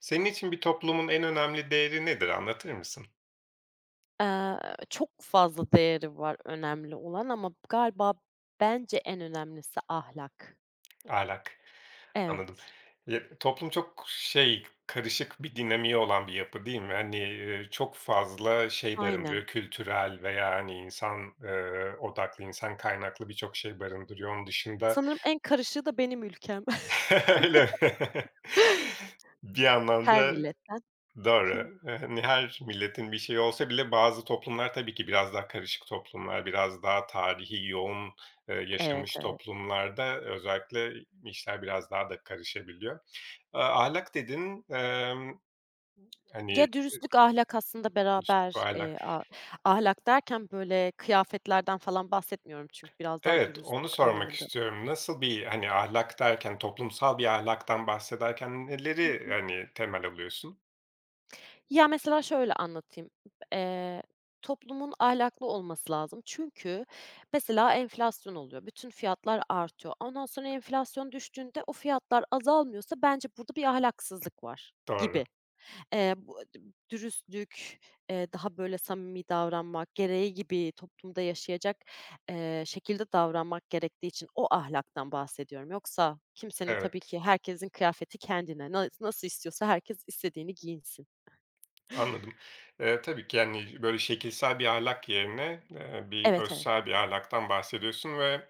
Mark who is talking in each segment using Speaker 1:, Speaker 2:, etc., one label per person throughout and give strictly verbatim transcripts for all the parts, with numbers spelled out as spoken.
Speaker 1: Senin için bir toplumun en önemli değeri nedir, anlatır mısın?
Speaker 2: Eee, çok fazla değeri var önemli olan ama galiba bence en önemlisi ahlak.
Speaker 1: Ahlak, anladım.
Speaker 2: Evet,
Speaker 1: Ya, toplum çok şey, karışık bir dinamiği olan bir yapı değil mi? Hani, eee, çok fazla şey
Speaker 2: aynen.
Speaker 1: barındırıyor, kültürel veya, hani, insan, eee, odaklı, insan kaynaklı birçok şey barındırıyor. Onun dışında
Speaker 2: Sanırım en karışığı da benim ülkem.
Speaker 1: Öyle Bir
Speaker 2: Her
Speaker 1: anlamda.
Speaker 2: milletten.
Speaker 1: Doğru. Hani her milletin bir şeyi olsa bile bazı toplumlar tabii ki biraz daha karışık toplumlar, biraz daha tarihi yoğun, eee,
Speaker 2: Evet,
Speaker 1: yaşamış
Speaker 2: evet.
Speaker 1: toplumlarda özellikle işler biraz daha da karışabiliyor. Eee, ahlak dedin, emm, hani,
Speaker 2: Ya, dürüstlük, ahlak aslında
Speaker 1: üslup ve
Speaker 2: beraber, eee,
Speaker 1: ahlak.
Speaker 2: a ahlak derken böyle kıyafetlerden falan bahsetmiyorum çünkü biraz daha
Speaker 1: Evet, onu
Speaker 2: dürüstlük
Speaker 1: sormak
Speaker 2: anlamında.
Speaker 1: istiyorum. Nasıl bir, hani, ahlak derken, toplumsal bir ahlaktan bahsederken neleri, hani, temel alıyorsun?
Speaker 2: Ya, mesela şöyle anlatayım. Eee, toplumun ahlaklı olması lazım. Çünkü mesela enflasyon oluyor. Bütün fiyatlar artıyor. Ondan sonra enflasyon düştüğünde o fiyatlar azalmıyorsa bence burada bir ahlaksızlık var
Speaker 1: Doğru,
Speaker 2: gibi. Eee, bu dürüstlük, eee, daha böyle samimi davranmak, gereği gibi toplumda yaşayacak, eee, şekilde davranmak gerektiği için o ahlaktan bahsediyorum. Yoksa kimsenin tabii
Speaker 1: evet.
Speaker 2: ki herkesin kıyafeti kendine. Na nasıl istiyorsa herkes istediğini giyinsin.
Speaker 1: Anladım. Eee, tabii ki, yani, böyle, şekilsel bir ahlak yerine, eee, bir
Speaker 2: Evet, evet.
Speaker 1: özsel bir ahlaktan bahsediyorsun ve,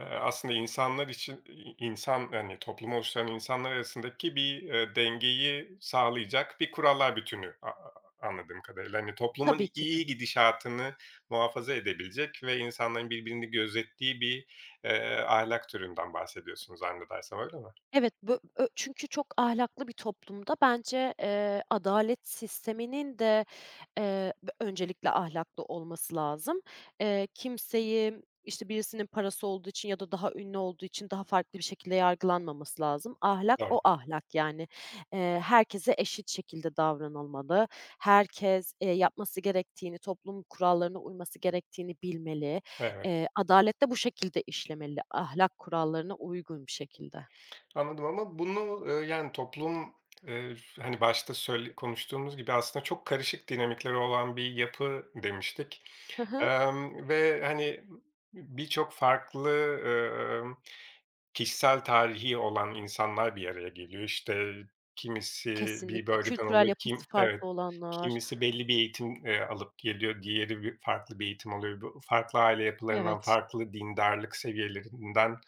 Speaker 1: eee, aslında insanlar için insan, yani toplumu oluşturan insanlar arasındaki bir, eee, dengeyi sağlayacak bir kurallar bütünü a a anladığım kadarıyla. Hani, toplumun
Speaker 2: Tabii ki de.
Speaker 1: iyi gidişatını muhafaza edebilecek ve insanların birbirini gözettiği bir, eee, ahlak türünden bahsediyorsunuz zannedersem, öyle mi?
Speaker 2: Evet, bö ö çünkü çok ahlaklı bir toplumda bence, eee, adalet sisteminin de, eee, b öncelikle ahlaklı olması lazım. Eee, kimseyi, işte, birisinin parası olduğu için ya da daha ünlü olduğu için daha farklı bir şekilde yargılanmaması lazım. Ahlak
Speaker 1: Doğru.
Speaker 2: o ahlak yani. Eee, herkese eşit şekilde davranılmalı. Herkes, eee, yapması gerektiğini, toplum kurallarına uyması gerektiğini bilmeli.
Speaker 1: Evet.
Speaker 2: Eee, adalet de bu şekilde işlemeli, ahlak kurallarına uygun bir şekilde.
Speaker 1: Anladım ama bunu, eee, yani, toplum, eee, hani, başta söyle konuştuğumuz gibi aslında çok karışık dinamikleri olan bir yapı demiştik.
Speaker 2: Hı hı.
Speaker 1: Emm, ve, hani, birçok farklı, kişisel tarihi olan insanlar bir araya geliyor. İşte, kimisi bir
Speaker 2: Kesinlikle.
Speaker 1: bölgeden
Speaker 2: Kültürel
Speaker 1: oluyor,
Speaker 2: yapısı
Speaker 1: kim evet.
Speaker 2: farklı olanlar.
Speaker 1: Kimisi belli bir eğitim, eee, alıp geliyor, diğeri bir farklı bir eğitim alıyor. Bu farklı aile yapılarından,
Speaker 2: Evet.
Speaker 1: farklı dindarlık seviyelerinden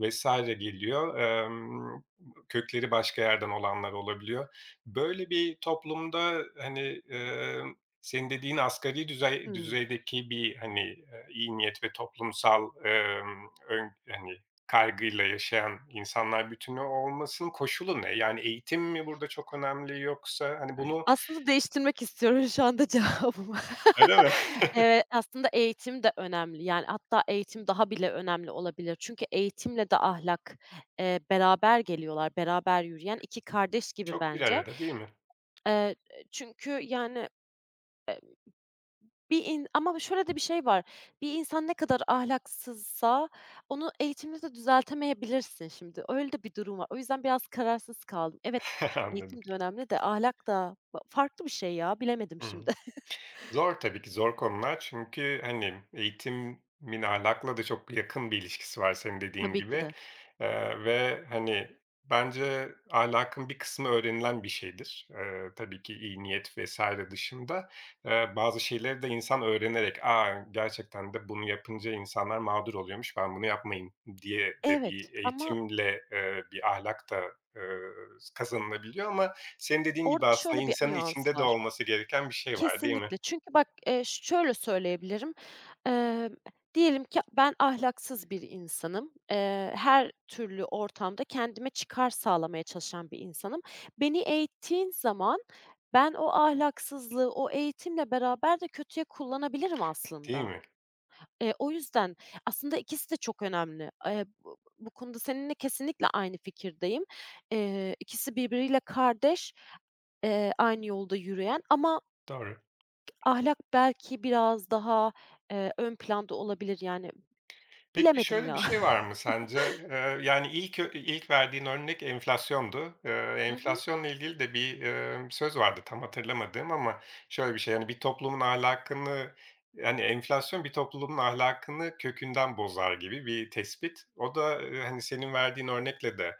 Speaker 1: vesaire geliyor. Emm, kökleri başka yerden olanlar olabiliyor. Böyle bir toplumda, hani, emm, senin dediğin asgari düzey
Speaker 2: Hımm.
Speaker 1: düzeydeki bir, hani, eee, iyi niyet ve toplumsal, emm, ön hani kaygıyla yaşayan insanlar bütünü olmasının koşulu ne? Yani eğitim mi burada çok önemli yoksa, hani, bunu
Speaker 2: Aslında değiştirmek istiyorum şu anda cevabımı.
Speaker 1: öyle mi?
Speaker 2: Eee, aslında eğitim de önemli. Yani, hatta eğitim daha bile önemli olabilir. Çünkü eğitimle de ahlak, eee, beraber geliyorlar, beraber yürüyen iki kardeş gibi
Speaker 1: Çok bir
Speaker 2: bence.
Speaker 1: arada değil mi?
Speaker 2: Eee, çünkü, yani Bir in ama şöyle de bir şey var. Bir insan ne kadar ahlaksızsa onu eğitimle de düzeltemeyebilirsin şimdi. Öyle de bir durum var. O yüzden biraz kararsız kaldım. Evet,
Speaker 1: Anladım.
Speaker 2: eğitim de önemli de ahlak da ba farklı bir şey ya, bilemedim
Speaker 1: Hı.
Speaker 2: şimdi.
Speaker 1: Zor tabii ki, zor konular. Çünkü, hani, eğitimin ahlakla da çok yakın bir ilişkisi var senin dediğin
Speaker 2: Tabii ki
Speaker 1: gibi,
Speaker 2: de.
Speaker 1: eee, ve, hani, bence ahlakın bir kısmı öğrenilen bir şeydir. Eee, tabii ki iyi niyet vesaire dışında, eee, bazı şeyleri de insan öğrenerek, "A, gerçekten de bunu yapınca insanlar mağdur oluyormuş, ben bunu yapmayayım." diye de
Speaker 2: Evet
Speaker 1: bir
Speaker 2: ama
Speaker 1: eğitimle, eee, bir ahlak da, eee, kazanılabiliyor ama senin dediğin gibi
Speaker 2: orada
Speaker 1: aslında
Speaker 2: şöyle bir
Speaker 1: insanın
Speaker 2: nüans
Speaker 1: içinde de
Speaker 2: var.
Speaker 1: olması gereken bir şey var, değil mi?
Speaker 2: Kesinlikle. Çünkü bak, eee, şöyle söyleyebilirim, emm, diyelim ki ben ahlaksız bir insanım. Eee, her türlü ortamda kendime çıkar sağlamaya çalışan bir insanım. Beni eğittiğin zaman ben o ahlaksızlığı, o eğitimle beraber de kötüye kullanabilirim
Speaker 1: Değil
Speaker 2: aslında.
Speaker 1: mi?
Speaker 2: Eee, o yüzden aslında ikisi de çok önemli. Eee, bu bu konuda seninle kesinlikle aynı fikirdeyim. Eee, ikisi birbiriyle kardeş, eee, aynı yolda yürüyen ama
Speaker 1: Doğru.
Speaker 2: ahlak belki biraz daha, eee, ön planda olabilir, yani,
Speaker 1: Peki
Speaker 2: bilemedim
Speaker 1: şöyle bir
Speaker 2: ya.
Speaker 1: şey var mı sence? Eee, yani ilk ö ilk verdiğin örnek enflasyondu. Eee,
Speaker 2: Hı hı.
Speaker 1: enflasyonla ilgili de bir, emm, söz vardı tam hatırlamadığım ama şöyle bir şey, yani bir toplumun ahlakını, yani, enflasyon bir toplumun ahlakını kökünden bozar gibi bir tespit. O da, eee, hani, senin verdiğin örnekle de,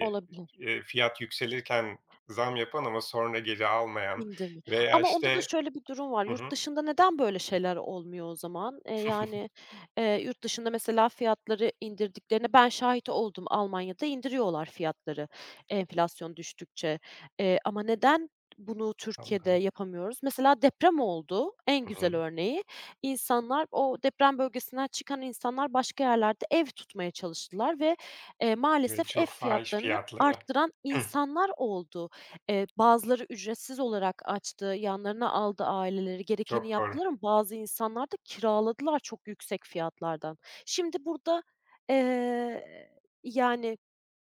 Speaker 2: Olabilir.
Speaker 1: eee, fiyat yükselirken zam yapan ama sonra geri almayan
Speaker 2: İndirme.
Speaker 1: veya,
Speaker 2: Ama onda da
Speaker 1: işte.
Speaker 2: şöyle bir durum var.
Speaker 1: Hı
Speaker 2: Yurt
Speaker 1: hı,
Speaker 2: dışında neden böyle şeyler olmuyor o zaman? Eee, yani, eee, yurt dışında mesela fiyatları indirdiklerine ben şahit oldum. Almanya'da indiriyorlar fiyatları enflasyon düştükçe. Eee, ama neden bunu Türkiye'de
Speaker 1: anladım.
Speaker 2: yapamıyoruz? Mesela deprem oldu, en
Speaker 1: Hı hı.
Speaker 2: güzel örneği. İnsanlar, o deprem bölgesinden çıkan insanlar başka yerlerde ev tutmaya çalıştılar ve, eee,
Speaker 1: Ve
Speaker 2: maalesef ev
Speaker 1: çok fahiş
Speaker 2: fiyatlarını
Speaker 1: fiyatlara.
Speaker 2: arttıran insanlar oldu. Eee, bazıları ücretsiz olarak açtı, yanlarına aldı aileleri, gerekeni
Speaker 1: Çok doğru,
Speaker 2: yaptılar ama bazı insanlar da kiraladılar çok yüksek fiyatlardan. Şimdi burada, eee, yani,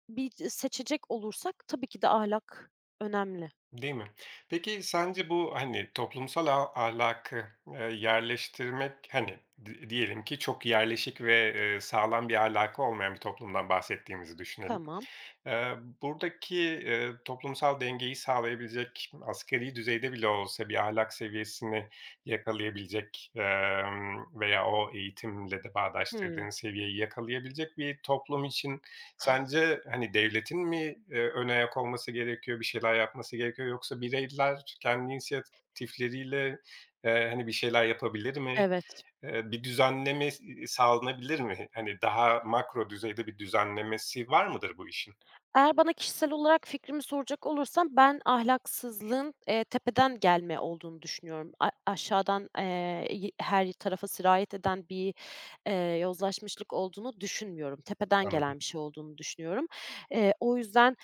Speaker 2: bir seçecek olursak tabii ki de ahlak önemli.
Speaker 1: değil mi? Peki sence bu, hani, toplumsal a ahlakı, eee, yerleştirmek, hani, di diyelim ki çok yerleşik ve, eee, sağlam bir ahlakı olmayan bir toplumdan bahsettiğimizi düşünelim.
Speaker 2: Tamam.
Speaker 1: Eee, buradaki, eee, toplumsal dengeyi sağlayabilecek, asgari düzeyde bile olsa bir ahlak seviyesini yakalayabilecek, emm, veya o eğitimle de
Speaker 2: Hımm.
Speaker 1: bağdaştırdığın seviyeyi yakalayabilecek bir toplum için sence, hani, devletin mi, eee, ön ayak olması gerekiyor, bir şeyler yapması gerekiyor yoksa bireyler kendi inisiyatifleriyle, eee, hani, bir şeyler yapabilir mi?
Speaker 2: Evet.
Speaker 1: Eee, bir düzenleme sağlanabilir mi? Hani, daha makro düzeyde bir düzenlemesi var mıdır bu işin?
Speaker 2: Eğer bana kişisel olarak fikrimi soracak olursan ben ahlaksızlığın, eee, tepeden gelme olduğunu düşünüyorum. A aşağıdan, eee, y her tarafa sirayet eden bir, eee, yozlaşmışlık olduğunu düşünmüyorum. Tepeden
Speaker 1: Anladım.
Speaker 2: gelen bir şey olduğunu düşünüyorum. Eee, o yüzden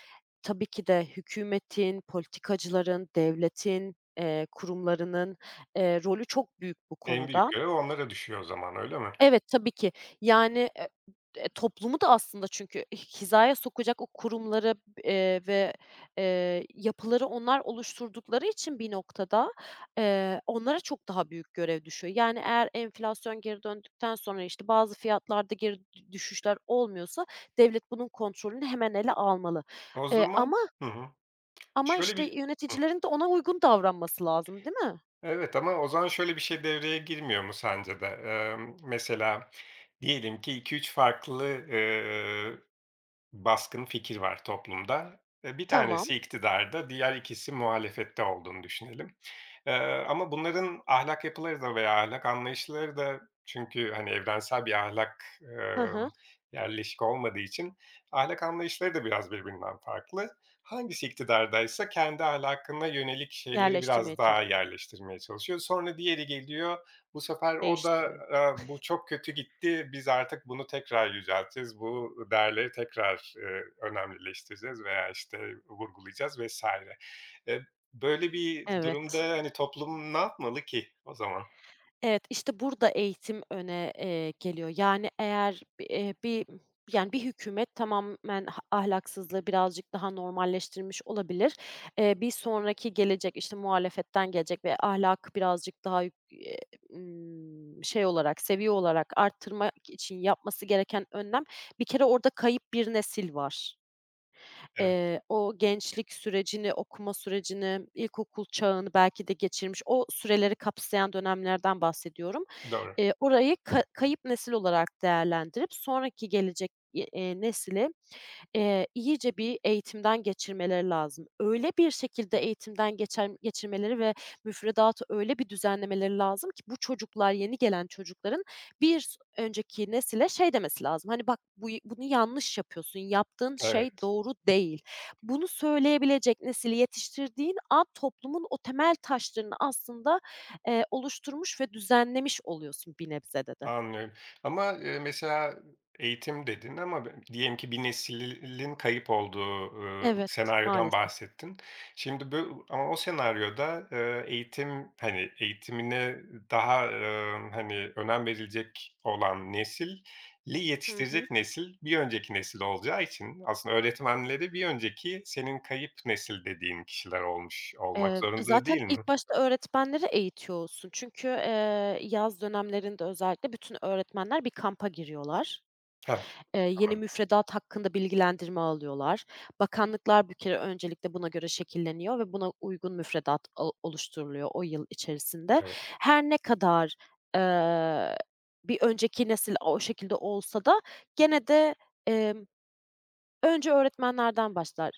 Speaker 2: tabii ki de hükümetin, politikacıların, devletin, eee, kurumlarının, eee, rolü çok büyük bu
Speaker 1: En büyük
Speaker 2: konuda.
Speaker 1: görev onlara düşüyor o zaman, öyle mi?
Speaker 2: Evet, tabii ki. Yani, eee, eee, toplumu da aslında çünkü hizaya sokacak o kurumları, eee, ve, eee, yapıları onlar oluşturdukları için bir noktada, eee, onlara çok daha büyük görev düşüyor. Yani, eğer enflasyon geri döndükten sonra, işte, bazı fiyatlarda geri dü düşüşler olmuyorsa devlet bunun kontrolünü hemen ele almalı.
Speaker 1: O
Speaker 2: Eee,
Speaker 1: zaman
Speaker 2: ama
Speaker 1: hı hı.
Speaker 2: ama,
Speaker 1: Şöyle
Speaker 2: işte,
Speaker 1: bir hı.
Speaker 2: yöneticilerin de ona uygun davranması lazım, değil mi?
Speaker 1: Evet ama o zaman şöyle bir şey devreye girmiyor mu sence de? Emm, mesela diyelim ki iki üç farklı, baskın fikir var toplumda. Eee, bir
Speaker 2: Tamam.
Speaker 1: tanesi iktidarda, diğer ikisi muhalefette olduğunu düşünelim. Eee, ama bunların ahlak yapıları da veya ahlak anlayışları da çünkü, hani, evrensel bir ahlak,
Speaker 2: Hı
Speaker 1: emm,
Speaker 2: hı.
Speaker 1: yerleşik olmadığı için ahlak anlayışları da biraz birbirinden farklı. Hangisi iktidardaysa kendi ahlakına yönelik şeyleri
Speaker 2: Yerleştirmeye
Speaker 1: biraz daha
Speaker 2: çalışıyor,
Speaker 1: yerleştirmeye çalışıyor. Sonra diğeri geliyor bu sefer o da,
Speaker 2: değiştiriyor.
Speaker 1: eee, "Bu çok kötü gitti, biz artık bunu tekrar yücelteceğiz, bu değerleri tekrar, eee, önemlileştireceğiz veya, işte, vurgulayacağız." vesaire. Eee, böyle bir durumda,
Speaker 2: Evet.
Speaker 1: hani, toplum ne yapmalı ki o zaman?
Speaker 2: Evet, işte burada eğitim öne, eee, geliyor. Yani eğer, eee, bir yani bir hükümet tamamen ha ahlaksızlığı birazcık daha normalleştirmiş olabilir. Eee, bir sonraki gelecek, işte, muhalefetten gelecek ve ahlakı birazcık daha yük eee, ımm, şey olarak, seviye olarak arttırmak için yapması gereken önlem, bir kere orada kayıp bir nesil var.
Speaker 1: Evet,
Speaker 2: Eee, o gençlik sürecini, okuma sürecini, ilkokul çağını belki de geçirmiş, o süreleri kapsayan dönemlerden bahsediyorum.
Speaker 1: doğru.
Speaker 2: Eee, orayı ka kayıp nesil olarak değerlendirip sonraki gelecek, y eee, nesile Eee, iyice bir eğitimden geçirmeleri lazım. Öyle bir şekilde eğitimden geçer geçirmeleri ve müfredatı öyle bir düzenlemeleri lazım ki bu çocuklar, yeni gelen çocukların bir s önceki nesile şey demesi lazım, hani, "Bak, bu bunu yanlış yapıyorsun, yaptığın şey
Speaker 1: Evet.
Speaker 2: doğru değil." Bunu söyleyebilecek nesili yetiştirdiğin an toplumun o temel taşlarını aslında, eee, oluşturmuş ve düzenlemiş oluyorsun bir nebzede de.
Speaker 1: Anlıyorum ama, eee, mesela eğitim dedin ama b diyelim ki bir neslin kayıp olduğu, ııı,
Speaker 2: Evet,
Speaker 1: senaryodan
Speaker 2: maalesef.
Speaker 1: bahsettin. Şimdi bu ama o senaryoda, eee, eğitim, hani, eğitimine daha, emm, hani, önem verilecek olan nesili
Speaker 2: Hı hı.
Speaker 1: yetiştirecek nesil bir önceki nesil olacağı için aslında öğretmenleri bir önceki senin kayıp nesil dediğin kişiler olmuş olmak
Speaker 2: Eee,
Speaker 1: zorunda
Speaker 2: zaten
Speaker 1: değil mi?
Speaker 2: ilk başta öğretmenleri eğitiyorsun. Çünkü, eee, yaz dönemlerinde özellikle bütün öğretmenler bir kampa giriyorlar.
Speaker 1: Heh,
Speaker 2: Eee, yeni
Speaker 1: anladım.
Speaker 2: müfredat hakkında bilgilendirme alıyorlar. Bakanlıklar bir kere öncelikle buna göre şekilleniyor ve buna uygun müfredat o oluşturuluyor o yıl içerisinde.
Speaker 1: Evet,
Speaker 2: Her ne kadar, eee, bir önceki nesil o şekilde olsa da gene de, emm, önce öğretmenlerden başlar.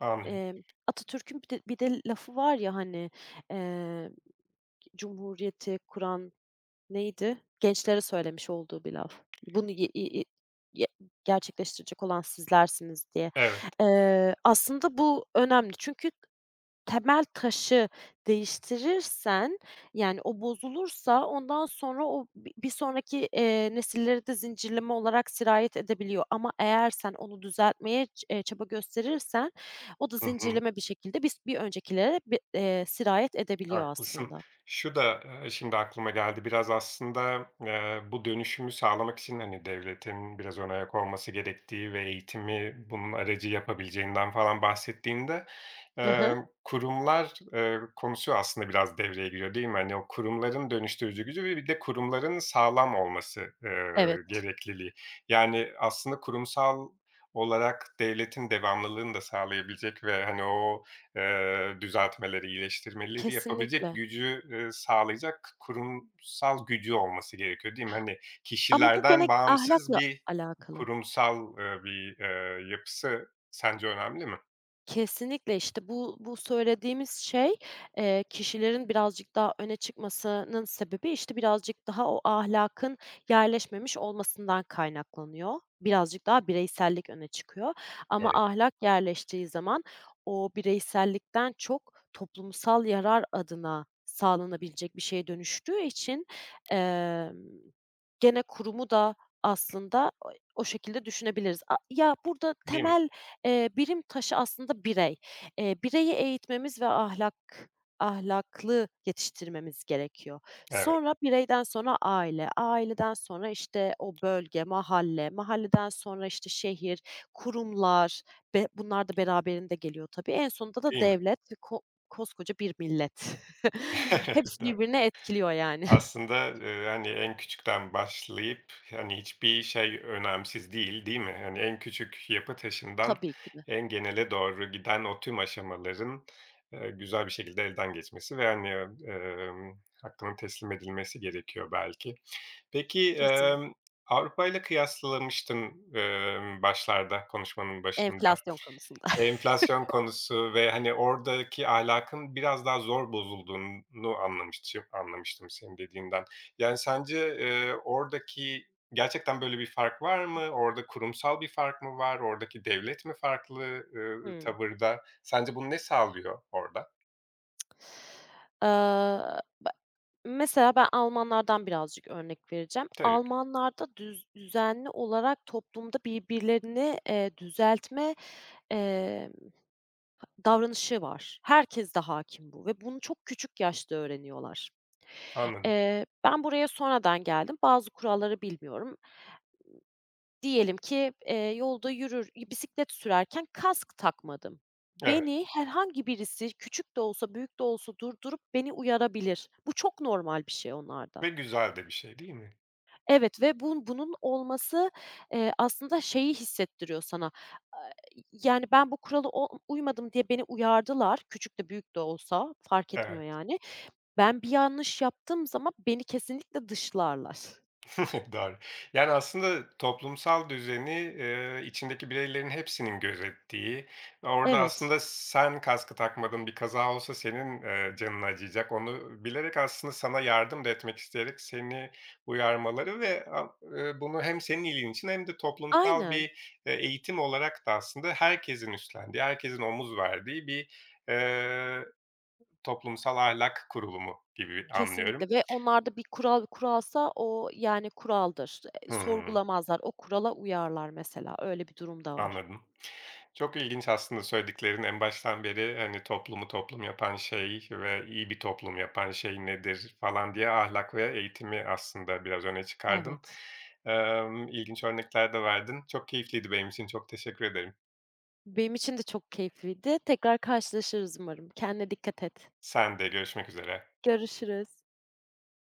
Speaker 1: anlıyorum.
Speaker 2: Emm, Atatürk'ün bir de bir de lafı var ya, hani, eee Cumhuriyeti kuran neydi? Gençlere söylemiş olduğu bir laf. Bunu ye i i ye gerçekleştirecek olan sizlersiniz diye.
Speaker 1: Evet.
Speaker 2: Eee, aslında bu önemli çünkü temel taşı değiştirirsen, yani, o bozulursa ondan sonra o bi bir sonraki, eee, nesillere de zincirleme olarak sirayet edebiliyor ama eğer sen onu düzeltmeye ç eee, çaba gösterirsen o da
Speaker 1: Hı hı.
Speaker 2: zincirleme bir şekilde bis bir öncekilere bi eee, sirayet edebiliyor
Speaker 1: Haklısın.
Speaker 2: aslında.
Speaker 1: Şu da, eee, şimdi aklıma geldi. Biraz aslında, eee, bu dönüşümü sağlamak için, hani, devletin biraz ön ayak olması gerektiği ve eğitimi bunun aracı yapabileceğinden falan bahsettiğinde,
Speaker 2: Hı hı.
Speaker 1: eee, kurumlar, eee, konusu aslında biraz devreye giriyor, değil mi? Hani, o kurumların dönüştürücü gücü ve bir de kurumların sağlam olması, eee,
Speaker 2: Evet.
Speaker 1: gerekliliği. Yani, aslında kurumsal olarak devletin devamlılığını da sağlayabilecek ve, hani, o Eee, düzeltmeleri, iyileştirmeleri yapabilecek
Speaker 2: Kesinlikle
Speaker 1: gücü, eee, sağlayacak kurumsal gücü olması gerekiyor, değil mi? Hani,
Speaker 2: ama bu
Speaker 1: kişilerden
Speaker 2: gene
Speaker 1: bağımsız
Speaker 2: ahlakla
Speaker 1: bir
Speaker 2: alakalı.
Speaker 1: kurumsal, eee, bir, eee, yapısı sence önemli mi?
Speaker 2: Kesinlikle, işte, bu bu söylediğimiz şey, eee, kişilerin birazcık daha öne çıkmasının sebebi, işte, birazcık daha o ahlakın yerleşmemiş olmasından kaynaklanıyor. Birazcık daha bireysellik öne çıkıyor ama
Speaker 1: Doğru,
Speaker 2: ahlak yerleştiği zaman o bireysellikten çok toplumsal yarar adına sağlanabilecek bir şeye dönüştüğü için, emm, gene kurumu da aslında o o şekilde düşünebiliriz. A ya, burada
Speaker 1: değil mi?
Speaker 2: temel Eee, birim taşı aslında birey. Eee, bireyi eğitmemiz ve ahlak ahlaklı yetiştirmemiz gerekiyor.
Speaker 1: Evet,
Speaker 2: Sonra bireyden sonra aile, aileden sonra, işte, o bölge, mahalle, mahalleden sonra, işte, şehir, kurumlar ve bunlar da beraberinde geliyor tabii. En sonunda da
Speaker 1: değil mi?
Speaker 2: devlet ve ko koskoca bir millet. Hepsi birbirine etkiliyor yani.
Speaker 1: Aslında, eee, hani, en küçükten başlayıp, hani, hiçbir şey önemsiz değil, değil mi? Hani, en küçük yapı taşından
Speaker 2: Tabii ki de.
Speaker 1: en genele doğru giden o tüm aşamaların, eee, güzel bir şekilde elden geçmesi ve, hani, emm, hakkının teslim edilmesi gerekiyor belki. Peki, e,
Speaker 2: Kesin.
Speaker 1: Avrupa ile kıyaslamıştın, emm, başlarda, konuşmanın başında.
Speaker 2: Enflasyon konusunda.
Speaker 1: Enflasyon konusu ve, hani, oradaki ahlakın biraz daha zor bozulduğunu anlamıştım anlamıştım senin dediğinden. Yani, sence, eee, oradaki gerçekten böyle bir fark var mı? Orada kurumsal bir fark mı var? Oradaki devlet mi farklı, ııı,
Speaker 2: Hımm.
Speaker 1: tavırda? Sence bunu ne sağlıyor orada?
Speaker 2: Aaa, be mesela ben Almanlardan birazcık örnek vereceğim.
Speaker 1: Tabii,
Speaker 2: Almanlarda düz düzenli olarak toplumda birbirlerini, eee, düzeltme, eee, davranışı var. Herkeste hâkim bu ve bunu çok küçük yaşta öğreniyorlar.
Speaker 1: anladım.
Speaker 2: Eee, ben buraya sonradan geldim. Bazı kuralları bilmiyorum. Diyelim ki, eee, yolda yürür bisiklet sürerken kask takmadım.
Speaker 1: Evet
Speaker 2: Beni herhangi birisi küçük de olsa büyük de olsa durdurup beni uyarabilir. Bu çok normal bir şey onlarda.
Speaker 1: ve güzel de bir şey, değil mi?
Speaker 2: Evet ve bun bunun olması, eee, aslında şeyi hissettiriyor sana, aaa, yani, ben bu kuralı o uymadım diye beni uyardılar, küçük de büyük de olsa fark etmiyor
Speaker 1: Evet.
Speaker 2: yani. Ben bir yanlış yaptığım zaman beni kesinlikle dışlarlar.
Speaker 1: Doğru. Yani, aslında toplumsal düzeni, eee, içindeki bireylerin hepsinin gözettiği, orada
Speaker 2: Evet,
Speaker 1: aslında sen kaskı takmadın, bir kaza olsa senin, eee, canın acıyacak. Onu bilerek aslında sana yardım da etmek isteyerek seni uyarmaları ve a eee, bunu hem senin iyiliğin için hem de toplumsal
Speaker 2: aynen.
Speaker 1: bir, eee, eğitim olarak da aslında herkesin üstlendiği, herkesin omuz verdiği bir, eee, toplumsal ahlak kurulumu gibi
Speaker 2: Kesinlikle
Speaker 1: anlıyorum.
Speaker 2: ve onlarda bir kural kuralsa o, yani, kuraldır. Eee,
Speaker 1: Hıı.
Speaker 2: sorgulamazlar. O kurala uyarlar mesela. Öyle bir durum da var.
Speaker 1: Anladım. Çok ilginç aslında söylediklerin en baştan beri, hani, toplumu toplum yapan şey ve iyi bir toplum yapan şey nedir falan diye ahlak ve eğitimi aslında biraz öne çıkardın.
Speaker 2: Evet.
Speaker 1: Emm, ilginç örnekler de verdin. Çok keyifliydi benim için, çok teşekkür ederim.
Speaker 2: Benim için de çok keyifliydi. Tekrar karşılaşırız umarım. Kendine dikkat et.
Speaker 1: Sen de görüşmek üzere.
Speaker 2: Görüşürüz.